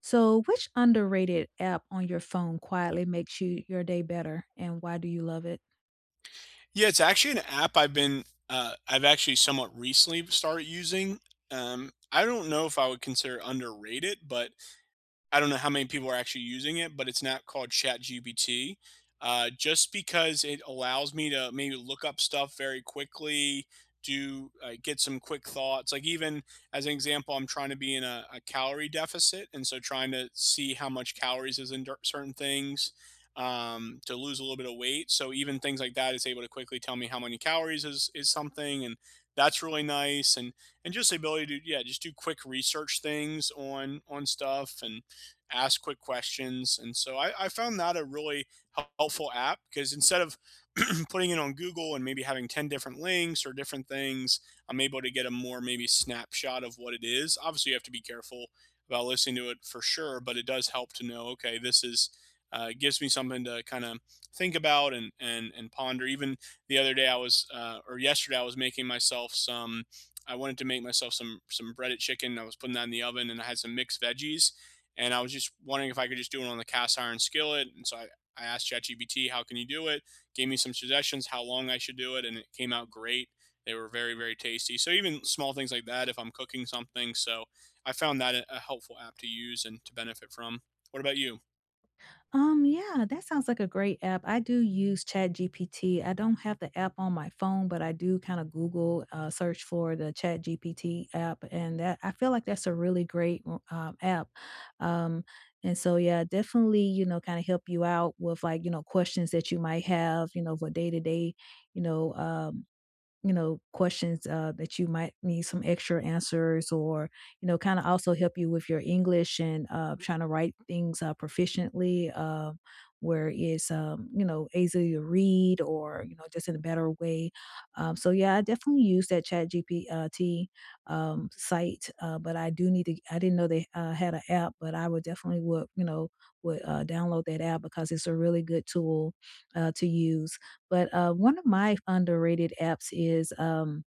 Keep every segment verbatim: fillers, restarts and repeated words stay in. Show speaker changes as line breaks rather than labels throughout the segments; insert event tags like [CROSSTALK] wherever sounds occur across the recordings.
So, which underrated app on your phone quietly makes you your day better, and why do you love it?
Yeah, it's actually an app I've been uh, I've actually somewhat recently started using. Um, I don't know if I would consider underrated, but I don't know how many people are actually using it, but it's not called ChatGPT. Uh, just because it allows me to maybe look up stuff very quickly, do uh, get some quick thoughts. Like even as an example, I'm trying to be in a, a calorie deficit, and so trying to see how much calories is in dir- certain things um, to lose a little bit of weight. So even things like that, it's able to quickly tell me how many calories is is something, and that's really nice. And and just the ability to, yeah, just do quick research things on on stuff and ask quick questions. And so I, I found that a really helpful app because instead of [CLEARS THROAT] putting it on Google and maybe having ten different links or different things, I'm able to get a more maybe snapshot of what it is. Obviously, you have to be careful about listening to it for sure, but it does help to know, okay, this is. Uh, gives me something to kind of think about and, and and ponder. Even the other day, I was uh, or yesterday, I was making myself some I wanted to make myself some some breaded chicken. I was putting that in the oven, and I had some mixed veggies, and I was just wondering if I could just do it on the cast iron skillet. And so I, I asked ChatGPT, how can you do it? Gave me some suggestions, how long I should do it. And it came out great. They were very, very tasty. So even small things like that, if I'm cooking something. So I found that a- helpful app to use and to benefit from. What about you?
Um, yeah, that sounds like a great app. I do use ChatGPT. I don't have the app on my phone, but I do kind of Google uh, search for the ChatGPT app, and that I feel like that's a really great w- um, app. Um, and so, yeah, definitely, you know, kind of help you out with like you know questions that you might have, you know, for day to day, you know, um, you know, questions uh, that you might need some extra answers, or, you know, kind of also help you with your English, and uh, trying to write things uh, proficiently, uh, where it's, um, you know, easy to read, or, you know, just in a better way. Um, so, yeah, I definitely use that chat G P T um, site, uh, but I do need to, I didn't know they uh, had an app, but I would definitely would, you know, would uh, download that app because it's a really good tool uh, to use. But, uh, one of my underrated apps is, um,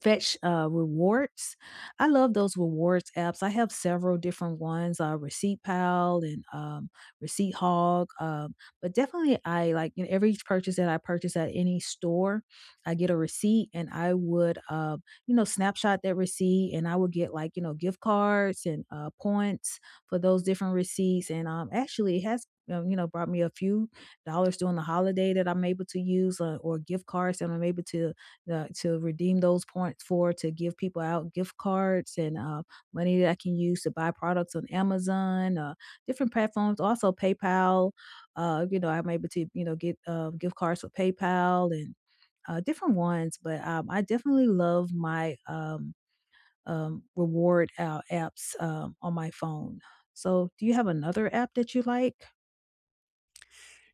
Fetch, uh, rewards. I love those rewards apps. I have several different ones, uh, Receipt Pal, and, um, Receipt Hog, um, but definitely I like, you know, every purchase that I purchase at any store, I get a receipt, and I would, uh, you know, snapshot that receipt, and I would get like, you know, gift cards, and, uh, points for those different receipts, and, um, actually it has, um, you know, brought me a few dollars during the holiday that I'm able to use, uh, or gift cards that I'm able to uh, to redeem those points for, to give people out gift cards, and uh, money that I can use to buy products on Amazon, uh, different platforms, also PayPal. Uh, you know, I'm able to you know get uh, gift cards for PayPal and uh, different ones. But um, I definitely love my um, um, reward uh, apps um, on my phone. So, do you have another app that you like?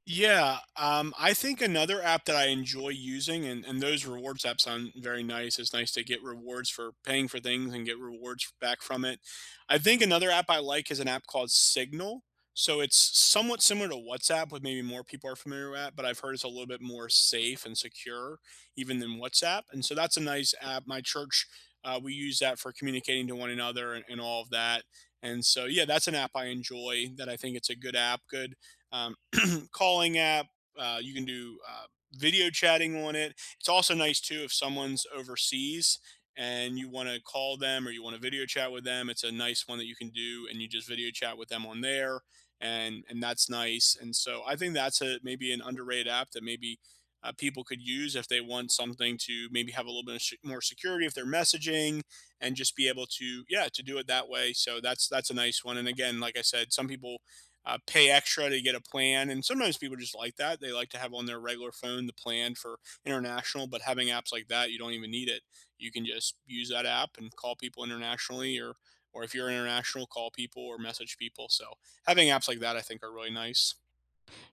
Yeah, um, I think another app that I enjoy using, and, and those rewards apps sound very nice. It's nice to get rewards for paying for things and get rewards back from it. I think another app I like is an app called Signal. So it's somewhat similar to WhatsApp, with maybe more people are familiar with, but I've heard it's a little bit more safe and secure even than WhatsApp. And so that's a nice app. My church, uh, we use that for communicating to one another and, and all of that. And so, yeah, that's an app I enjoy that I think it's a good app, good um, [CLEARS THROAT] calling app. Uh, you can do uh, video chatting on it. It's also nice too if someone's overseas and you want to call them or you want to video chat with them. It's a nice one that you can do, and you just video chat with them on there, and and that's nice. And so I think that's a maybe an underrated app that maybe. Uh, people could use if they want something to maybe have a little bit of sh- more security if they're messaging and just be able to, yeah, to do it that way. So that's that's a nice one. And again, like I said, some people uh, pay extra to get a plan. And sometimes people just like that. They like to have on their regular phone the plan for international, but having apps like that, you don't even need it. You can just use that app and call people internationally or or if you're international, call people or message people. So having apps like that, I think, are really nice.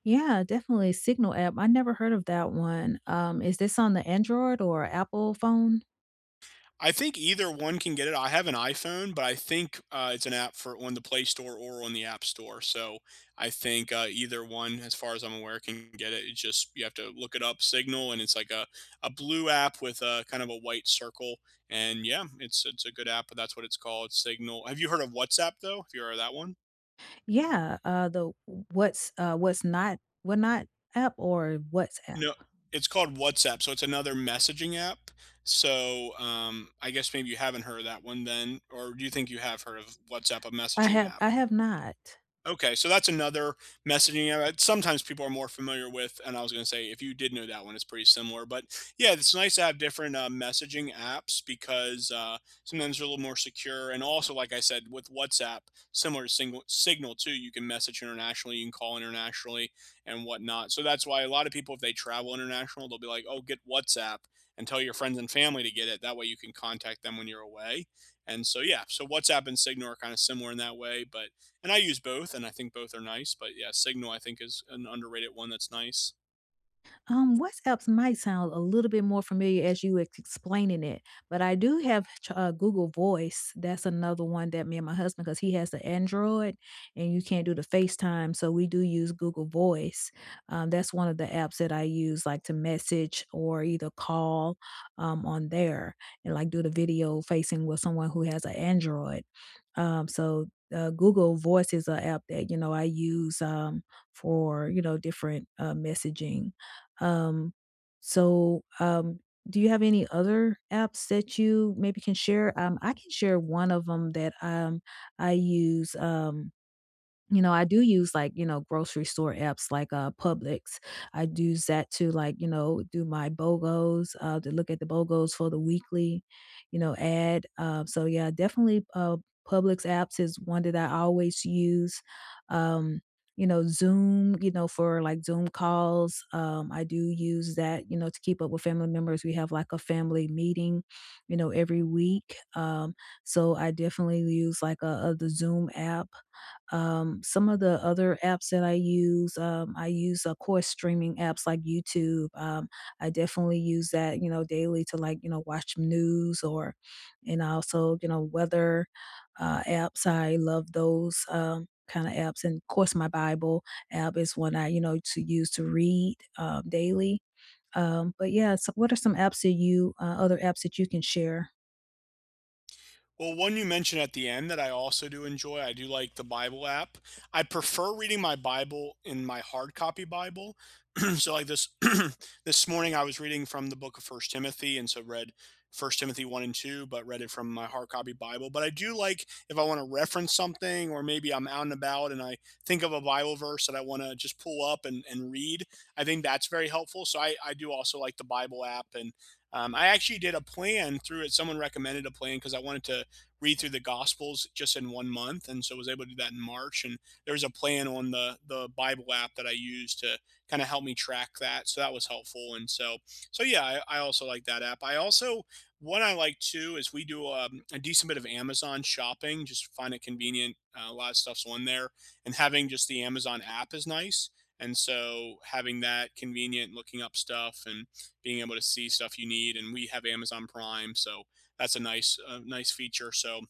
Yeah, definitely Signal app. I never heard of that one. Um, is this on the Android or Apple phone?
I think either one can get it. I have an iPhone, but I think, uh, it's an app for on the Play Store or on the App Store, so I think, uh, either one, as far as I'm aware, can get it. It's just you have to look it up, Signal, and it's like a a blue app with a kind of a white circle, and yeah, it's it's a good app, but that's what it's called, Signal. Have you heard of WhatsApp, though? Have you heard of that one?
Yeah, uh, the what's, uh, what's not what not app, or WhatsApp?
No, it's called WhatsApp, so it's another messaging app. So, um, I guess maybe you haven't heard of that one then, or do you think you have heard of WhatsApp, a
I
messaging
have
app?
I have not.
Okay, so that's another messaging app that sometimes people are more familiar with, and I was gonna say, if you did know that one, it's pretty similar, but, yeah, it's nice to have different, uh, messaging apps because, uh, sometimes they're a little more secure, and also, like I said, with WhatsApp, similar to Single Signal too, you can message internationally, you can call internationally, and whatnot, so that's why a lot of people, if they travel international, they'll be like, "Oh, get WhatsApp and tell your friends and family to get it, that way you can contact them when you're away," and so, yeah, so WhatsApp and Signal are kinda similar in that way, but and I use both, and I think both are nice. But yeah, Signal I think is an underrated one that's nice.
Um, WhatsApps might sound a little bit more familiar as you ex- explaining it, but I do have ch- uh, Google Voice. That's another one that me and my husband, because he has the Android, and you can't do the FaceTime, so we do use Google Voice. Um, that's one of the apps that I use, like to message or either call um, on there, and like do the video facing with someone who has an Android. Um, so uh, Google Voice is an app that you know I use um, for you know different uh, messaging, um, so, um, do you have any other apps that you maybe can share? Um, I can share one of them that, um, I use, um you know, I do use like, you know, grocery store apps like uh Publix. I do use that to like, you know, do my B O G Os, uh to look at the B O G Os for the weekly, you know, ad. Uh, so yeah, definitely uh Publix apps is one that I always use. Um, you know, Zoom, you know, for like Zoom calls. Um, I do use that, you know, to keep up with family members. We have like a family meeting, you know, every week. Um, so I definitely use like a, a the Zoom app, um, some of the other apps that I use, um, I use, of course, streaming apps like YouTube. Um, I definitely use that, you know, daily to like, you know, watch news, or, and also, you know, weather uh, apps. I love those um, kind of apps. And of course, my Bible app is one I, you know, to use to read um, daily. Um, but yeah, so what are some apps that you, uh, other apps that you can share?
Well, one you mentioned at the end that I also do enjoy, I do like the Bible app. I prefer reading my Bible in my hard copy Bible. [CLEARS THROAT] So like this [CLEARS THROAT] this morning I was reading from the book of First Timothy and so read First Timothy one and two, but read it from my hard copy Bible. But I do like if I want to reference something or maybe I'm out and about and I think of a Bible verse that I want to just pull up and, and read, I think that's very helpful. So I, I do also like the Bible app and um, I actually did a plan through it. Someone recommended a plan because I wanted to read through the Gospels just in one month, and so I was able to do that in March. And there's a plan on the the Bible app that I use to kind of help me track that, so that was helpful. And so, so yeah, I, I also like that app. I also what I like too is we do um, a decent bit of Amazon shopping. Just find it convenient. Uh, a lot of stuff's on there, and having just the Amazon app is nice. And so having that convenient, looking up stuff and being able to see stuff you need. And we have Amazon Prime, so that's a nice uh, nice feature. So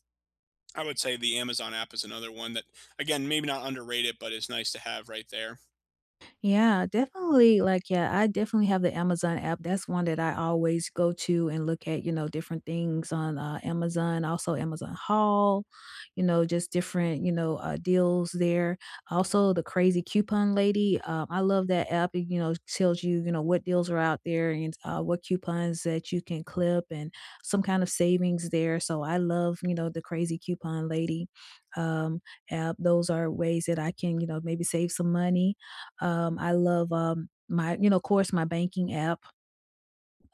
I would say the Amazon app is another one that again maybe not underrated, but it's nice to have right there.
Yeah, definitely. Like, yeah, I definitely have the Amazon app. That's one that I always go to and look at, you know, different things on uh, Amazon, also Amazon Haul, you know, just different, you know, uh, deals there. Also, the Crazy Coupon Lady. Um, I love that app. It, you know, tells you, you know, what deals are out there, and uh, what coupons that you can clip and some kind of savings there. So I love, you know, the Crazy Coupon Lady um app. Those are ways that I can you know maybe save some money, um, I love, um, my you know, of course, my banking app,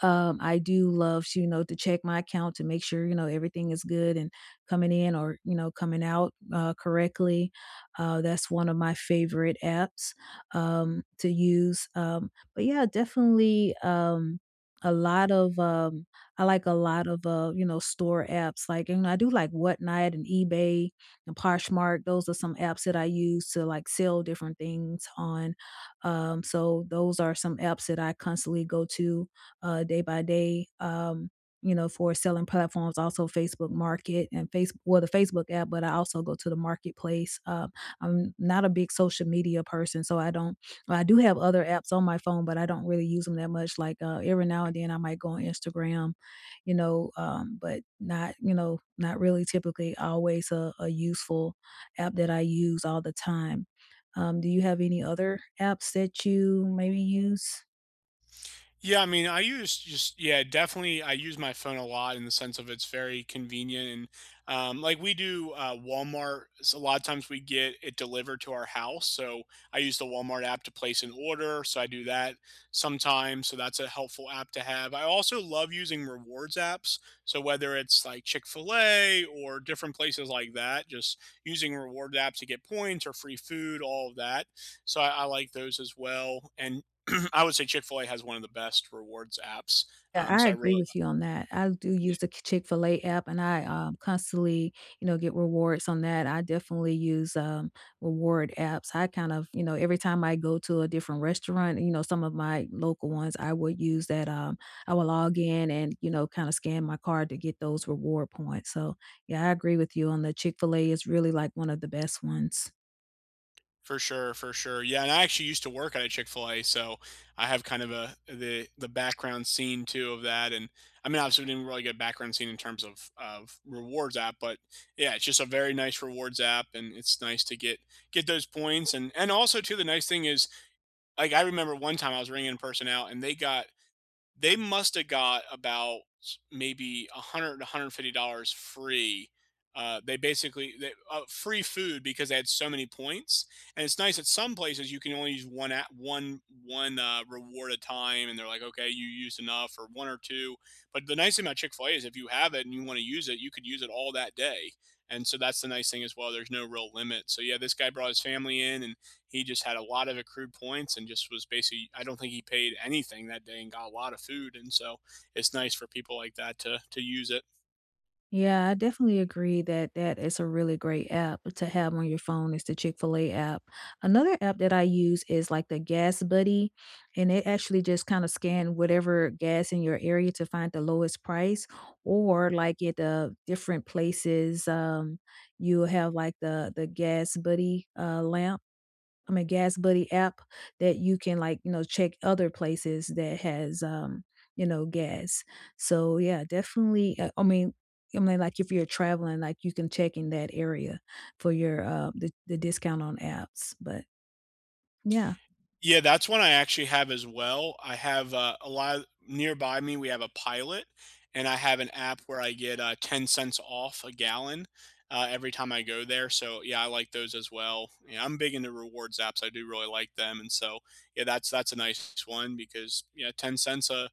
um, I do love you know, to check my account to make sure, you know, everything is good, and coming in, or, you know, coming out uh, correctly. Uh, that's one of my favorite apps um, to use. Um, but yeah, definitely um, a lot of, um, I like a lot of, uh, you know, store apps. Like, and I do like Whatnot, and eBay, and Poshmark. Those are some apps that I use to like sell different things on. Um, so those are some apps that I constantly go to uh, day by day. Um, you know, for selling platforms, also Facebook Market, and Facebook, well, the Facebook app, but I also go to the marketplace. Uh, I'm not a big social media person, so I don't. Well, I do have other apps on my phone, but I don't really use them that much. Like uh, every now and then, I might go on Instagram, you know, um, but not, you know, not really typically always a, a useful app that I use all the time. Um, do you have any other apps that you maybe use?
Yeah, I mean, I use just, yeah, definitely. I use my phone a lot in the sense of it's very convenient and um, like we do uh, Walmart. So a lot of times we get it delivered to our house, so I use the Walmart app to place an order. So I do that sometimes. So that's a helpful app to have. I also love using rewards apps. So whether it's like Chick Fil A or different places like that, just using reward apps to get points or free food, all of that. So I, I like those as well. And [CLEARS THROAT] I would say Chick-fil-A has one of the best rewards apps,
Yeah,
um,
I
so I
agree
really,
with you on that. I do
yeah,
use the Chick-fil-A app, and I, um, constantly, you know, get rewards on that. I definitely use, um, reward apps. I kind of you know, every time I go to a different restaurant, you know, some of my local ones, I would use that, um, I will log in, and, you know, kinda scan my card to get those reward points. So, yeah, I agree with you on the Chick-fil-A is really, like, one of the best ones.
for sure, for sure. Yeah, and I actually used to work at a Chick-fil-A, so I have kind of a the the background scene too of that, and, I mean, obviously, we didn't really get background scene in terms of of rewards app, but, yeah, it's just a very nice rewards app, and it's nice to get get those points, and and also too, the nice thing is, like, I remember one time I was ringing a person out, and they got They must have got about maybe a hundred, a hundred and fifty dollars free. Uh, they basically they, uh, free food because they had so many points, and it's nice at some places you can only use one at one one uh, reward a time, and they're like, okay, you used enough or one or two. But the nice thing about Chick Fil A is if you have it and you want to use it, you could use it all that day, and so that's the nice thing as well. There's no real limit. So yeah, this guy brought his family in, and he just had a lot of accrued points and just was basically, I don't think he paid anything that day and got a lot of food. And so it's nice for people like that to, to use it.
Yeah, I definitely agree that that is a really great app to have on your phone is the Chick-fil-A app. Another app that I use is like the Gas Buddy, and it actually just kind of scan whatever gas in your area to find the lowest price, or like at the different places, um, you have like the the Gas Buddy uh, lamp I mean, Gas Buddy app, that you can like, you know, check other places that has, um, you know, gas. So yeah, definitely. Uh, I mean, I mean, like if you're traveling, like you can check in that area for your uh the, the discount on apps. But yeah,
Yeah, that's one I actually have as well. I have uh, a lot of, nearby me, we have a pilot, and I have an app where I get uh, ten cents off a gallon uh, every time I go there. So yeah, I like those as well. Yeah, I'm big into rewards apps. I do really like them, and so yeah, that's that's a nice one because, yeah, ten cents a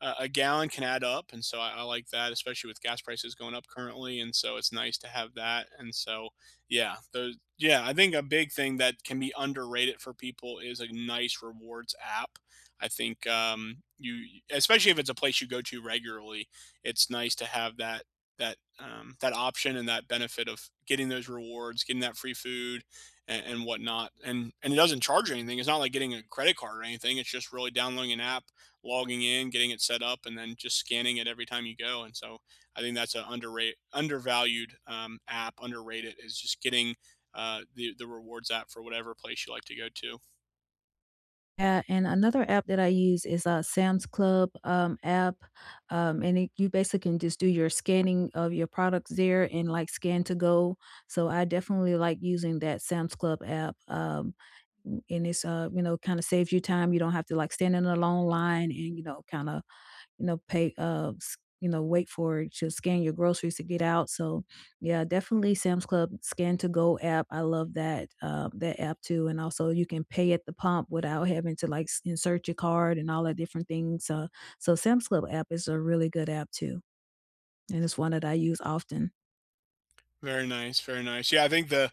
a, a gallon can add up, and so I, I like that, especially with gas prices going up currently, and so it's nice to have that. And so, yeah, those, yeah, I think a big thing that can be underrated for people is a nice rewards app. I think um, you, especially if it's a place you go to regularly, it's nice to have that that um, that option and that benefit of getting those rewards, getting that free food, and, and whatnot. And and it doesn't charge you anything. It's not like getting a credit card or anything. It's just really downloading an app, logging in, getting it set up, and then just scanning it every time you go. And so I think that's an underrated, undervalued um, app. Underrated is just getting uh, the the rewards app for whatever place you like to go to.
yeah, and another app that I use is uh, Sam's Club um, app, um, and it, you basically can just do your scanning of your products there and like scan to go. So I definitely like using that Sam's Club app, um, and it's uh, you know kind of saves you time. You don't have to like stand in a long line, and you know kind of you know, pay, uh, s- you know, wait for it to scan your groceries to get out. So, yeah, definitely Sam's Club Scan to Go app. I love that uh, that app too, and also you can pay at the pump without having to like s- insert your card and all that different things. Uh, so, Sam's Club app is a really good app too, and it's one that I use often.
Very nice, very nice. Yeah, I think the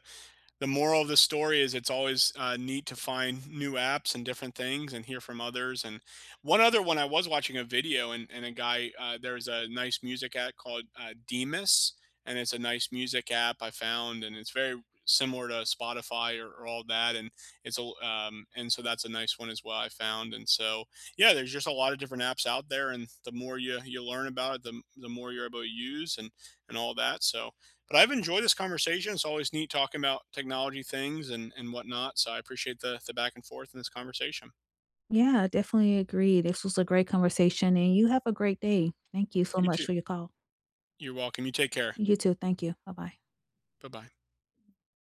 the moral of the story is it's always uh, neat to find new apps and different things and hear from others. And one other one, I was watching a video and, and a guy, uh, there's a nice music app called uh, Demus, and it's a nice music app I found, and it's very similar to Spotify or, or all that. And it's a, um, and so that's a nice one as well I found. And so, yeah, there's just a lot of different apps out there, and the more you you learn about it, the the more you're able to use and and all that. So but I've enjoyed this conversation. It's always neat talking about technology things and, and whatnot. So I appreciate the, the back and forth in this conversation.
Yeah, I definitely agree. This was a great conversation, and you have a great day. Thank you so
You
much
too.
for your call.
You're welcome. You take care.
You too. Thank you. Bye bye.
Bye bye.